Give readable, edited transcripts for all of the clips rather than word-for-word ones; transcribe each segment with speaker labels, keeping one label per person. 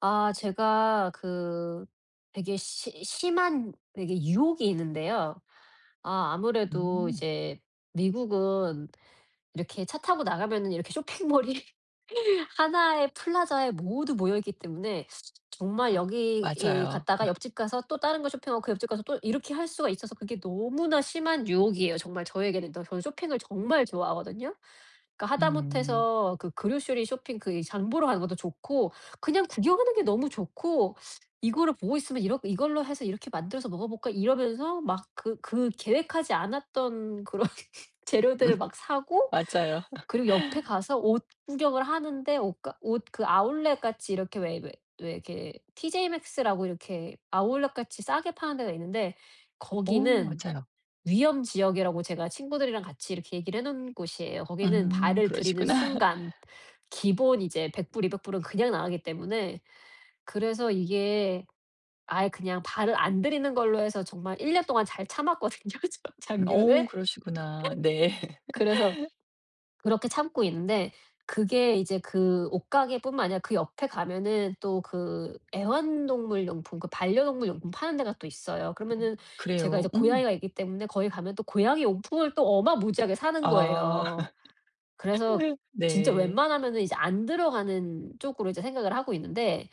Speaker 1: 제가 그 되게 시 심한 되게 유혹이 있는데요. 아무래도
Speaker 2: 음.
Speaker 1: 이제 미국은 이렇게 차 타고 나가면은, 이렇게 쇼핑몰이 하나의 플라자에 모두 모여 있기 때문에, 정말 여기 이
Speaker 2: 맞아요.
Speaker 1: 갔다가 옆집 가서 또 다른 거 쇼핑하고, 그 옆집 가서 또 이렇게 할 수가 있어서, 그게 너무나 심한 유혹이에요, 정말 저에게는. 또 저는 쇼핑을 정말 좋아하거든요. 그러니까
Speaker 2: 음.
Speaker 1: 하다못해서 그그 r o 리 쇼핑, 그 장 보러 가는 것도 좋고, 그냥 구경하는 게 너무 좋고, '이거를 보고 있으면 이렇 이걸로 해서 이렇게 만들어서 먹어볼까?' 이러면서 막 그 계획하지 않았던 그런 재료들을
Speaker 2: 음
Speaker 1: 막 사고,
Speaker 2: 맞아요.
Speaker 1: 그리고 옆에 가서 옷 구경을 하는데, 옷가 옷 그 아울렛 같이 이렇게 왜 이렇게 TJ x x 라고, 이렇게 아울렛 같이 싸게 파는 데가 있는데,
Speaker 2: 오
Speaker 1: 거기는
Speaker 2: 맞아요.
Speaker 1: 위험 지역이라고 제가 친구들이랑 같이 이렇게 얘기를 해 놓은 곳이에요. 거기는 발을 들이는
Speaker 2: 그러시구나.
Speaker 1: 순간 기본 이제 100불 200 불은 그냥 나가기 때문에. 그래서 이게 아예 그냥 발을 안 들이는 걸로 해서 정말 1년 동안 잘 참았거든요, 저
Speaker 2: 오
Speaker 1: 작년에.
Speaker 2: 그러시구나. 네.
Speaker 1: 그래서 그렇게 참고 있는데, 그게 이제 그 옷가게뿐만 아니라 그 옆에 가면은 또 그 애완동물 용품, 그 반려동물 용품 파는 데가 또 있어요. 그러면은 제가 이제
Speaker 2: 그래요. 음.
Speaker 1: 고양이가 있기 때문에, 거기 가면 또 고양이 용품을 또 어마무지하게 사는
Speaker 2: 아.
Speaker 1: 거예요. 그래서 진짜
Speaker 2: 네.
Speaker 1: 웬만하면은 이제 안 들어가는 쪽으로 이제 생각을 하고 있는데,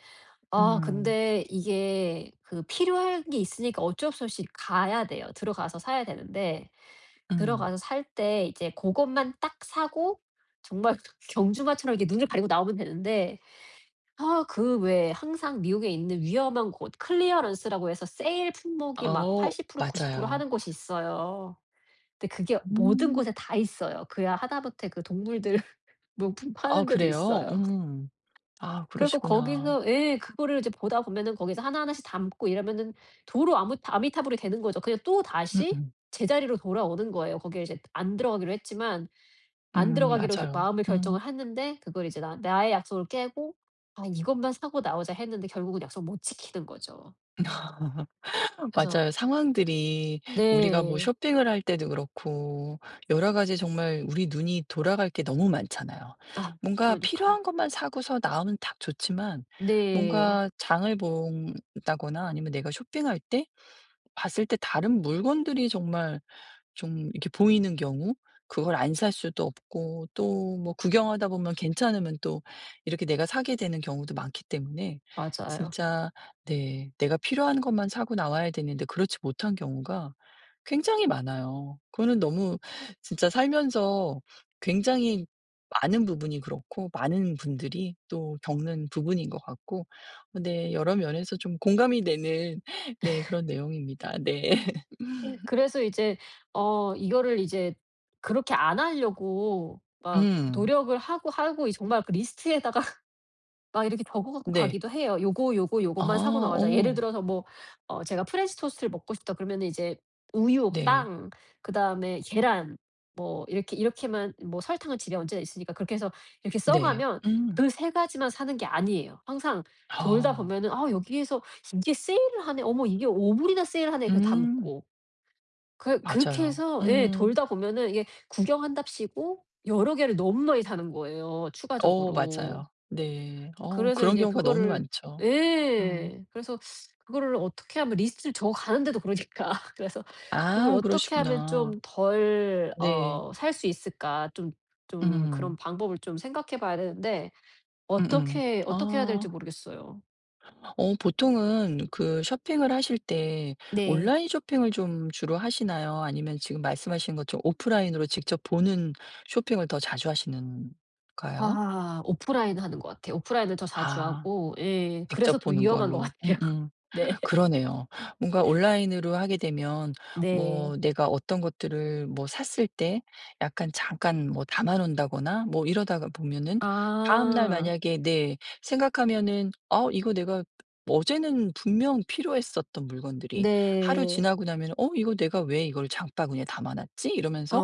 Speaker 2: 음.
Speaker 1: 근데 이게 그 필요한 게 있으니까 어쩔 수 없이 가야 돼요. 들어가서 사야 되는데,
Speaker 2: 음.
Speaker 1: 들어가서 살 때 이제 고것만 딱 사고 정말 경주마처럼 이렇게 눈을 가리고 나오면 되는데, 그 왜 항상 미국에 있는 위험한 곳, 클리어런스라고 해서 세일 품목이 막
Speaker 2: 어
Speaker 1: 80% 90% 하는
Speaker 2: 맞아요.
Speaker 1: 곳이 있어요. 근데 그게 모든 곳에
Speaker 2: 음.
Speaker 1: 다 있어요. 그야 하다못해 그 동물들, 명품
Speaker 2: 아
Speaker 1: 파는 데도
Speaker 2: 그래요?
Speaker 1: 있어요.
Speaker 2: 음. 아
Speaker 1: 그리고
Speaker 2: 그러시구나.
Speaker 1: 거기서 예 그거를 이제 보다 보면은, 거기서 하나하나씩 담고 이러면은 도로 아무 아미타불이 되는 거죠. 그냥
Speaker 2: 음음.
Speaker 1: 또다시 제자리로 돌아오는 거예요. 거기에 이제 안 들어가기로 했지만, 안 들어가기로 이렇게
Speaker 2: 맞아요.
Speaker 1: 마음을
Speaker 2: 음.
Speaker 1: 결정을 했는데 그걸 이제 나 나의 약속을 깨고, '아 이것만 사고 나오자.' 했는데 결국은 약속 못 지키는 거죠. 그래서.
Speaker 2: 맞아요. 상황들이 우리가 뭐
Speaker 1: 네.
Speaker 2: 쇼핑을 할 때도 그렇고 여러 가지 정말 우리 눈이 돌아갈 게 너무 많잖아요.
Speaker 1: 아
Speaker 2: 뭔가
Speaker 1: 그러니까요.
Speaker 2: 필요한 것만 사고서 나오면 딱 좋지만
Speaker 1: 네.
Speaker 2: 뭔가 장을 본다거나 아니면 내가 쇼핑할 때 봤을 때 다른 물건들이 정말 좀 이렇게 보이는 경우 그걸 안 살 수도 없고 또 뭐 구경하다 보면 괜찮으면 또 이렇게 내가 사게 되는 경우도 많기 때문에
Speaker 1: 맞아요.
Speaker 2: 진짜 네 내가 필요한 것만 사고 나와야 되는데 그렇지 못한 경우가 굉장히 많아요. 그거는 너무 진짜 살면서 굉장히 많은 부분이 그렇고 많은 분들이 또 겪는 부분인 것 같고 어 네 여러 면에서 좀 공감이 되는 네 그런 내용입니다. 네.
Speaker 1: 그래서 이제 이거를 이제 그렇게 안 하려고 막
Speaker 2: 음.
Speaker 1: 노력을 하고, 하고 이 정말 그 리스트에다가 막 이렇게 적어 갖고
Speaker 2: 네.
Speaker 1: 가기도 해요. "요거, 요거,
Speaker 2: 아
Speaker 1: 요것만 사고 나가자." 예를
Speaker 2: 어.
Speaker 1: 들어서 뭐 제가 프렌치 토스트를 먹고 싶다 그러면, 이제 우유,
Speaker 2: 네.
Speaker 1: 빵, 그다음에 계란, 뭐 이렇게, 이렇게만, 뭐 설탕은 집에 언제나 있으니까, 그렇게 해서 이렇게 써
Speaker 2: 네.
Speaker 1: 가면
Speaker 2: 음.
Speaker 1: 그 세 가지만 사는 게 아니에요. 항상 돌다
Speaker 2: 아.
Speaker 1: 보면은, '아 여기에서 이게 세일을 하네. 어머 이게 5불 이나 세일하네.' 그래서
Speaker 2: 음.
Speaker 1: 담고. 그렇게
Speaker 2: 맞아요.
Speaker 1: 해서 예
Speaker 2: 음.
Speaker 1: 돌다 보면은, 이게 구경한답시고 여러 개를 너무 많이 사는 거예요,
Speaker 2: 어
Speaker 1: 추가적으로.
Speaker 2: 맞아요. 네. 어
Speaker 1: 그래서
Speaker 2: 그런
Speaker 1: 이제
Speaker 2: 경우가 너무
Speaker 1: 그거를.
Speaker 2: 많죠. 음.
Speaker 1: 예. 그래서 그거를 어떻게 하면, 리스트를 적어 가는데도 그러니까. 그래서, '그걸
Speaker 2: 아
Speaker 1: 어떻게 하면
Speaker 2: 그러시구나.
Speaker 1: 좀 덜
Speaker 2: 네.
Speaker 1: 살 수 있을까?' 좀 그런
Speaker 2: 음.
Speaker 1: 방법을 좀 생각해 봐야 되는데,
Speaker 2: 음음.
Speaker 1: 어떻게 어떻게 해야 될지
Speaker 2: 아.
Speaker 1: 모르겠어요.
Speaker 2: 어 보통은 그 쇼핑을 하실 때
Speaker 1: 네.
Speaker 2: 온라인 쇼핑을 좀 주로 하시나요? 아니면 지금 말씀하신 것처럼 오프라인으로 직접 보는 쇼핑을 더 자주 하시는가요?
Speaker 1: 오프라인 하는 것 같아요. 오프라인을 더 자주
Speaker 2: 아
Speaker 1: 하고, 예 그래서
Speaker 2: 직접
Speaker 1: 더
Speaker 2: 보는
Speaker 1: 위험한 것
Speaker 2: 걸로.
Speaker 1: 같아요.
Speaker 2: 음음.
Speaker 1: 네.
Speaker 2: 그러네요. 뭔가 온라인으로 하게 되면
Speaker 1: 네.
Speaker 2: 뭐 내가 어떤 것들을 뭐 샀을 때 약간 잠깐 뭐 담아 놓는다거나 뭐 이러다가 보면은 다음 날
Speaker 1: 아.
Speaker 2: 만약에 네 생각하면은 '어 이거 내가 어제는 분명 필요했었던 물건들이 하루
Speaker 1: 네.
Speaker 2: 지나고 나면 '어 이거 내가 왜 이걸 장바구니에 담아 놨지?' 이러면서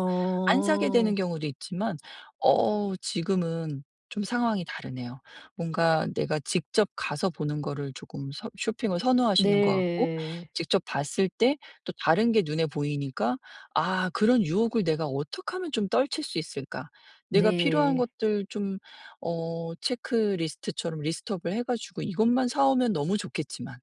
Speaker 2: 안 사게 되는 경우도 있지만 어 지금은 좀 상황이 다르네요. 뭔가 내가 직접 가서 보는 거를 조금 서 쇼핑을 선호하시는 것 같고
Speaker 1: 네.
Speaker 2: 직접 봤을 때 또 다른 게 눈에 보이니까 '아 그런 유혹을 내가 어떻게 하면 좀 떨칠 수 있을까?' 내가 필요한
Speaker 1: 네.
Speaker 2: 것들 좀 어 체크리스트처럼 리스트업을 해 가지고 이것만 사 오면 너무 좋겠지만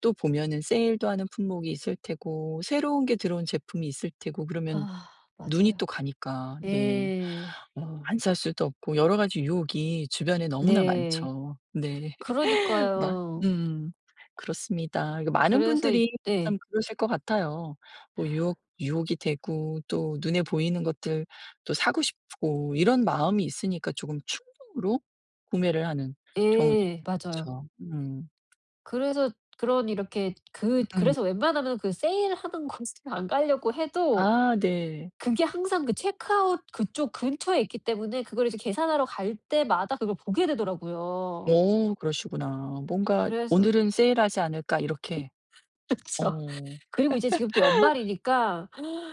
Speaker 2: 또 보면은 세일도 하는 품목이 있을 테고 새로운 게 들어온 제품이 있을 테고 그러면
Speaker 1: 아
Speaker 2: 눈이
Speaker 1: 맞아요.
Speaker 2: 또 가니까 네.
Speaker 1: 예.
Speaker 2: 어 안 살 수도 없고 여러 가지 유혹이 주변에 너무나
Speaker 1: 네.
Speaker 2: 많죠. 네. 막
Speaker 1: 그러니까요.
Speaker 2: 음. 그렇습니다. 이거 많은
Speaker 1: 그래서 이
Speaker 2: 분들이
Speaker 1: 네.
Speaker 2: 참 그러실 것 같아요. 뭐 유혹이 되고 또 눈에 보이는 것들 또 사고 싶고 이런 마음이 있으니까 조금 충동으로 구매를 하는 경우도
Speaker 1: 예.
Speaker 2: 좀
Speaker 1: 맞아요.
Speaker 2: 많죠. 음.
Speaker 1: 그래서 그런 이렇게 그 그래서
Speaker 2: 음
Speaker 1: 웬만하면 그 세일하는 곳을 안 가려고 해도,
Speaker 2: 아 네.
Speaker 1: 그게 항상 그 체크아웃 그쪽 근처에 있기 때문에, 그걸 이제 계산하러 갈 때마다 그걸 보게 되더라고요.
Speaker 2: 오 그러시구나. 뭔가
Speaker 1: 그래서
Speaker 2: '오늘은 세일하지 않을까.' 이렇게.
Speaker 1: 그쵸.
Speaker 2: 어.
Speaker 1: 그리고 이제 지금 또 연말이니까,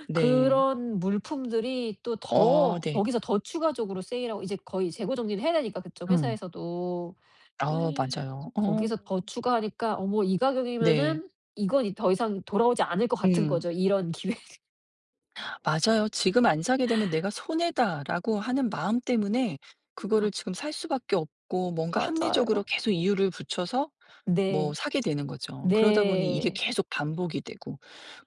Speaker 2: 네.
Speaker 1: 그런 물품들이 또
Speaker 2: 어
Speaker 1: 더
Speaker 2: 네.
Speaker 1: 거기서 더 추가적으로 세일하고 이제 거의 재고 정리를 해야 되니까, 그쪽
Speaker 2: 음,
Speaker 1: 회사에서도.
Speaker 2: 아 맞아요. 어
Speaker 1: 거기서 더 추가하니까, 어머, 이
Speaker 2: 네.
Speaker 1: 가격이면은 이건 이 더 이상 돌아오지 않을 것 같은
Speaker 2: 음.
Speaker 1: 거죠, 이런 기회.
Speaker 2: 맞아요. '지금 안 사게 되면 내가 손해다.'라고 하는 마음 때문에
Speaker 1: 아
Speaker 2: 그거를 지금 살 수밖에 없고 뭔가
Speaker 1: 맞아요.
Speaker 2: 합리적으로 계속 이유를 붙여서 뭐
Speaker 1: 네.
Speaker 2: 사게 되는 거죠. 그러다 보니 이게
Speaker 1: 네.
Speaker 2: 계속 반복이 되고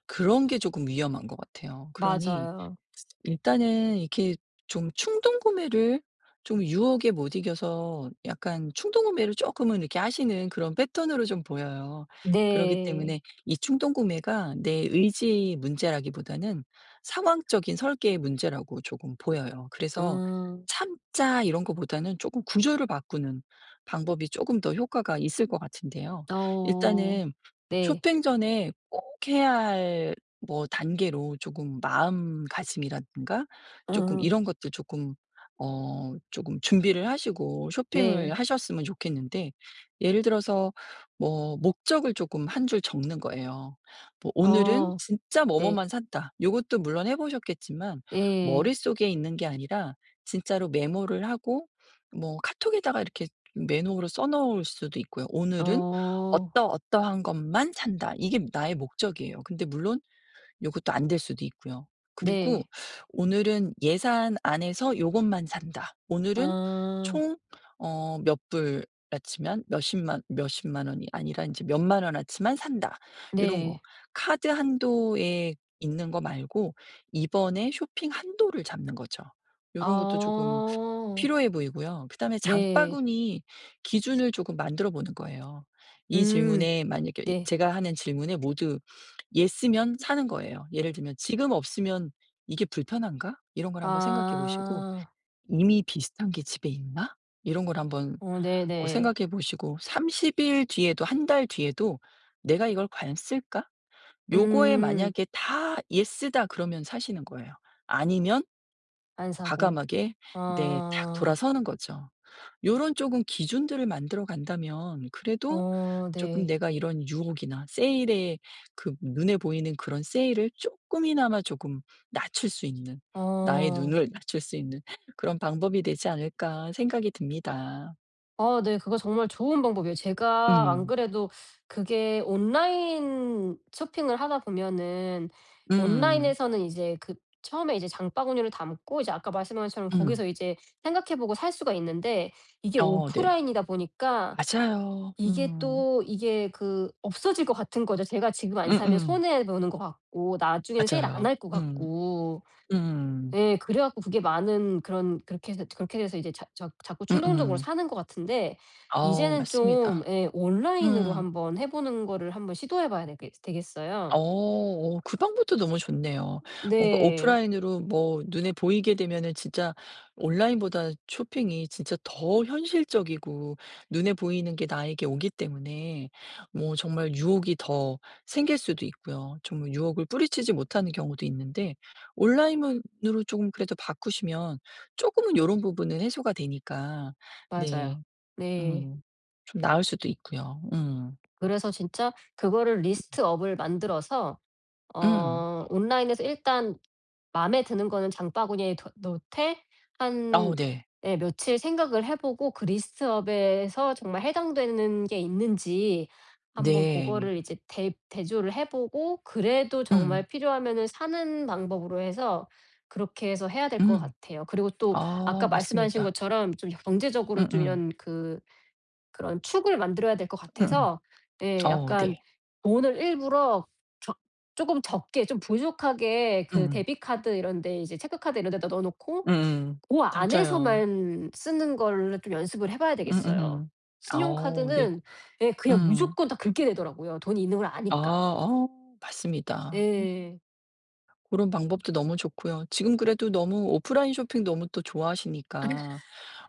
Speaker 2: 그런 게 조금 위험한 것 같아요. 그러니
Speaker 1: 맞아요.
Speaker 2: 일단은 이렇게 좀 충동 구매를 좀 유혹에 못 이겨서 약간 충동 구매를 조금은 이렇게 하시는 그런 패턴으로 좀 보여요. 그러기
Speaker 1: 네.
Speaker 2: 때문에 이 충동 구매가 내 의지 문제라기보다는 상황적인 설계의 문제라고 조금 보여요. 그래서
Speaker 1: 음.
Speaker 2: "참자." 이런 거보다는 조금 구조를 바꾸는 방법이 조금 더 효과가 있을 것 같은데요.
Speaker 1: 어.
Speaker 2: 일단은
Speaker 1: 네.
Speaker 2: 쇼핑 전에 꼭 해야 할 뭐 단계로 조금 마음가짐이라든가 조금
Speaker 1: 음.
Speaker 2: 이런 것들 조금 어 조금 준비를 하시고 쇼핑을
Speaker 1: 네.
Speaker 2: 하셨으면 좋겠는데 예를 들어서 뭐 목적을 조금 한 줄 적는 거예요. 뭐 '오늘은
Speaker 1: 어.
Speaker 2: 진짜
Speaker 1: 네.
Speaker 2: 뭐뭐만 산다.' 요것도 물론 해 보셨겠지만
Speaker 1: 예.
Speaker 2: 머릿속에 있는 게 아니라 진짜로 메모를 하고 뭐 카톡에다가 이렇게 메모로 써 놓을 수도 있고요. '오늘은
Speaker 1: 어.
Speaker 2: 어떠어떠한 것만 산다.' 이게 나의 목적이에요. 근데 물론 요것도 안 될 수도 있고요. 그리고
Speaker 1: 네.
Speaker 2: 오늘은 예산 안에서 요것만 산다. 오늘은
Speaker 1: 아
Speaker 2: 총 어 몇 불 아치면 몇십만 원이 아니라 인제 몇만 원 아치만 산다. 요런 거.
Speaker 1: 네.
Speaker 2: 카드 한도에 있는 거 말고 이번에 쇼핑 한도를 잡는 거죠. 요런 것도 조금
Speaker 1: 아
Speaker 2: 필요해 보이고요. 그다음에
Speaker 1: 네.
Speaker 2: 장바구니 기준을 조금 만들어 보는 거예요. 이
Speaker 1: 음
Speaker 2: 질문에 만약에
Speaker 1: 네.
Speaker 2: 제가 하는 질문에 모두 예쓰면 사는 거예요.' 예를 들면 '지금 없으면 이게 불편한가?' 이런 걸
Speaker 1: 아
Speaker 2: 한번 생각해 보시고 '이미 비슷한 게 집에 있나?' 이런 걸 한번
Speaker 1: 어
Speaker 2: 어
Speaker 1: 네네.
Speaker 2: 생각해 보시고 30일 뒤에도 한 달 뒤에도 '내가 이걸 과연 쓸까?' 요거에
Speaker 1: 음,
Speaker 2: 만약에 다 "예스다." 그러면 사시는 거예요. 아니면
Speaker 1: 안 사고.
Speaker 2: 과감하게 네 탁
Speaker 1: 아
Speaker 2: 돌아서는 거죠. 요런 쪼금 기준들을 만들어 간다면 그래도
Speaker 1: 어
Speaker 2: 쪼끔
Speaker 1: 네.
Speaker 2: 내가 이런 유혹이나 세일에 그 눈에 보이는 그런 세일을 쪼끔이나마 조금 낮출 수 있는 나의
Speaker 1: 어.
Speaker 2: 눈을 낮출 수 있는 그런 방법이 되지 않을까 생각이 듭니다.
Speaker 1: 아 네. 그거 정말 좋은 방법이에요. 제가 안
Speaker 2: 음.
Speaker 1: 그래도 그게, 온라인 쇼핑을 하다 보면은
Speaker 2: 음.
Speaker 1: 온라인에서는 이제 그 처음에 이제 장바구니를 담고, 이제 아까 말씀하신 것처럼
Speaker 2: 음.
Speaker 1: 거기서 이제 생각해 보고 살 수가 있는데, 이게
Speaker 2: 어 네.
Speaker 1: 오프라인이다 보니까
Speaker 2: 맞아요.
Speaker 1: 이게
Speaker 2: 음.
Speaker 1: 또 이게 그 없어질 것 같은 거죠. 제가 지금 안 사면
Speaker 2: 음음.
Speaker 1: 손해 보는 것 같고, 나중에는 세일 안
Speaker 2: 맞아요.
Speaker 1: 할 것
Speaker 2: 음.
Speaker 1: 같고.
Speaker 2: 음.
Speaker 1: 예. 그래 갖고 그게 많은 그런, 그렇게 해서 그렇게 돼서 이제 자 자 자꾸 충동적으로
Speaker 2: 음음.
Speaker 1: 사는 것 같은데,
Speaker 2: 어
Speaker 1: 이제는 좀,
Speaker 2: 맞습니다.
Speaker 1: 예 온라인으로
Speaker 2: 음.
Speaker 1: 한번 해 보는 거를 한번 시도해 봐야 되겠어요.
Speaker 2: 어 어 그 방법도 너무 좋네요. 뭔가
Speaker 1: 네.
Speaker 2: 오프라인으로 뭐 눈에 보이게 되면은 진짜 온라인보다 쇼핑이 진짜 더 현실적이고 눈에 보이는 게 나에게 오기 때문에 뭐 정말 유혹이 더 생길 수도 있고요. 정말 유혹을 뿌리치지 못하는 경우도 있는데 온라인으로 조금 그래도 바꾸시면 조금은 요런 부분은 해소가 되니까
Speaker 1: 맞아요.
Speaker 2: 네
Speaker 1: 네.
Speaker 2: 음 좀 나을 수도 있고요. 음.
Speaker 1: 그래서 진짜 그거를 리스트업을 만들어서,
Speaker 2: 음.
Speaker 1: 온라인에서 일단 맘에 드는 거는 장바구니에 더 넣되,
Speaker 2: 아우
Speaker 1: 한
Speaker 2: 네.
Speaker 1: 예 며칠 생각을 해 보고, 그 리스트업에서 정말 해당되는 게 있는지 한번 그거
Speaker 2: 네.
Speaker 1: 를 이제 대 대조를 해 보고, 그래도 정말
Speaker 2: 음.
Speaker 1: 필요하면은 사는 방법으로 해서, 그렇게 해서 해야 될 것
Speaker 2: 음.
Speaker 1: 같아요. 그리고 또
Speaker 2: 아
Speaker 1: 아까 말씀하신
Speaker 2: 맞습니다.
Speaker 1: 것처럼 좀 경제적으로 좀,
Speaker 2: 음음.
Speaker 1: 이런 그런 축을 만들어야 될 것
Speaker 2: 음음.
Speaker 1: 같아서, 예
Speaker 2: 어
Speaker 1: 약간
Speaker 2: 네.
Speaker 1: 돈을 일부러 적 쪼금 적게, 좀 부족하게 그
Speaker 2: 음.
Speaker 1: 데뷔 카드 이런 데, 이제 체크카드 이런 데다 넣어 놓고,
Speaker 2: 음음.
Speaker 1: 고
Speaker 2: 맞아요.
Speaker 1: 안에서만 쓰는 거를 좀 연습을 해 봐야 되겠어요.
Speaker 2: 음음. 아 네.
Speaker 1: 신용카드는 예 그냥
Speaker 2: 음.
Speaker 1: 무조건 다 긁게 되더라고요, 돈이 있는 걸
Speaker 2: 아
Speaker 1: 아니까.
Speaker 2: 어 맞습니다.
Speaker 1: 예.
Speaker 2: 그런 방법도 너무 좋고요. 지금 그래도 너무 오프라인 쇼핑 너무 또 좋아하시니까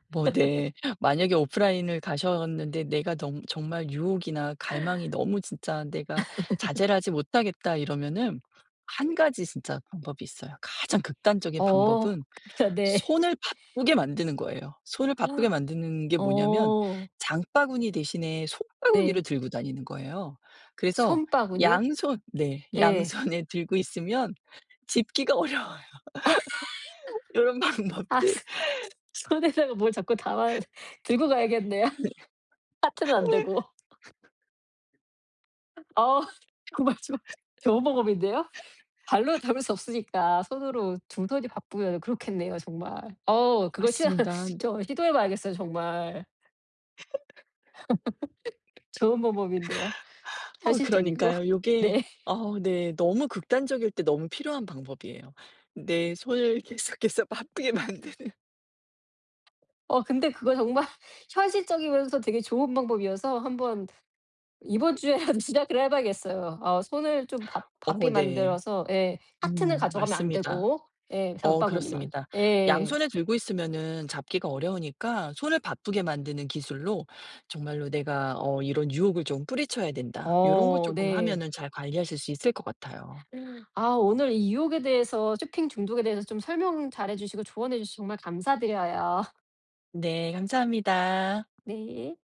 Speaker 2: 뭐 네. 만약에 오프라인을 가셨는데 내가 너무 정말 유혹이나 갈망이 너무 진짜 '내가 자제를 하지 못하겠다.' 이러면은 한 가지 진짜 방법이 있어요. 가장 극단적인
Speaker 1: 어
Speaker 2: 방법은
Speaker 1: 그쵸. 네.
Speaker 2: 손을 바쁘게 만드는 거예요. 손을 바쁘게 만드는 게 뭐냐면
Speaker 1: 어
Speaker 2: 장바구니 대신에
Speaker 1: 네.
Speaker 2: 손바구니를 들고 다니는 거예요. 그래서
Speaker 1: 손바구니요?
Speaker 2: 양손 네.
Speaker 1: 예.
Speaker 2: 양손에 들고 있으면 짚기가 어려워요. 요런
Speaker 1: 아
Speaker 2: 방법들.
Speaker 1: 손에다가 뭘 자꾸 담아 들고 가야겠네요.
Speaker 2: 네.
Speaker 1: 하트는 안 되고. 어 정말 좀 저버벅인데요, 발로 잡을 수 없으니까 손으로 두 손이 바쁘면 그렇겠네요, 정말. 어 그거 시도
Speaker 2: 맞습니다.
Speaker 1: 저 시도해 봐야겠어요, 정말. 좋은 방법인데요.
Speaker 2: 어
Speaker 1: 현실적이고.
Speaker 2: 그러니까요. 요게
Speaker 1: 네.
Speaker 2: 어 네 너무 극단적일 때 너무 필요한 방법이에요. 내 손을 계속해서 바쁘게 만드는.
Speaker 1: 어 근데 그거 정말 현실적이면서 되게 좋은 방법이어서, 한번 이번 주에라도 시작을 해 봐야겠어요. 어 손을 좀 바 바삐
Speaker 2: 어 네.
Speaker 1: 만들어서, 예 하트는 가져가면 안
Speaker 2: 맞습니다.
Speaker 1: 되고 예
Speaker 2: 어
Speaker 1: 장바구니만.
Speaker 2: 그렇습니다.
Speaker 1: 예.
Speaker 2: 양손에 들고 있으면은 잡기가 어려우니까 손을 바쁘게 만드는 기술로 정말로 '내가 어 이런 유혹을 좀 뿌리쳐야 된다.' 요런 거
Speaker 1: 어
Speaker 2: 쪼끔
Speaker 1: 네.
Speaker 2: 하면은 잘 관리하실 수 있을 것 같아요.
Speaker 1: 오늘 이 유혹에 대해서, 쇼핑 중독에 대해서 좀 설명 잘해 주시고 조언해 주셔서 정말 감사드려요.
Speaker 2: 네 감사합니다.
Speaker 1: 네.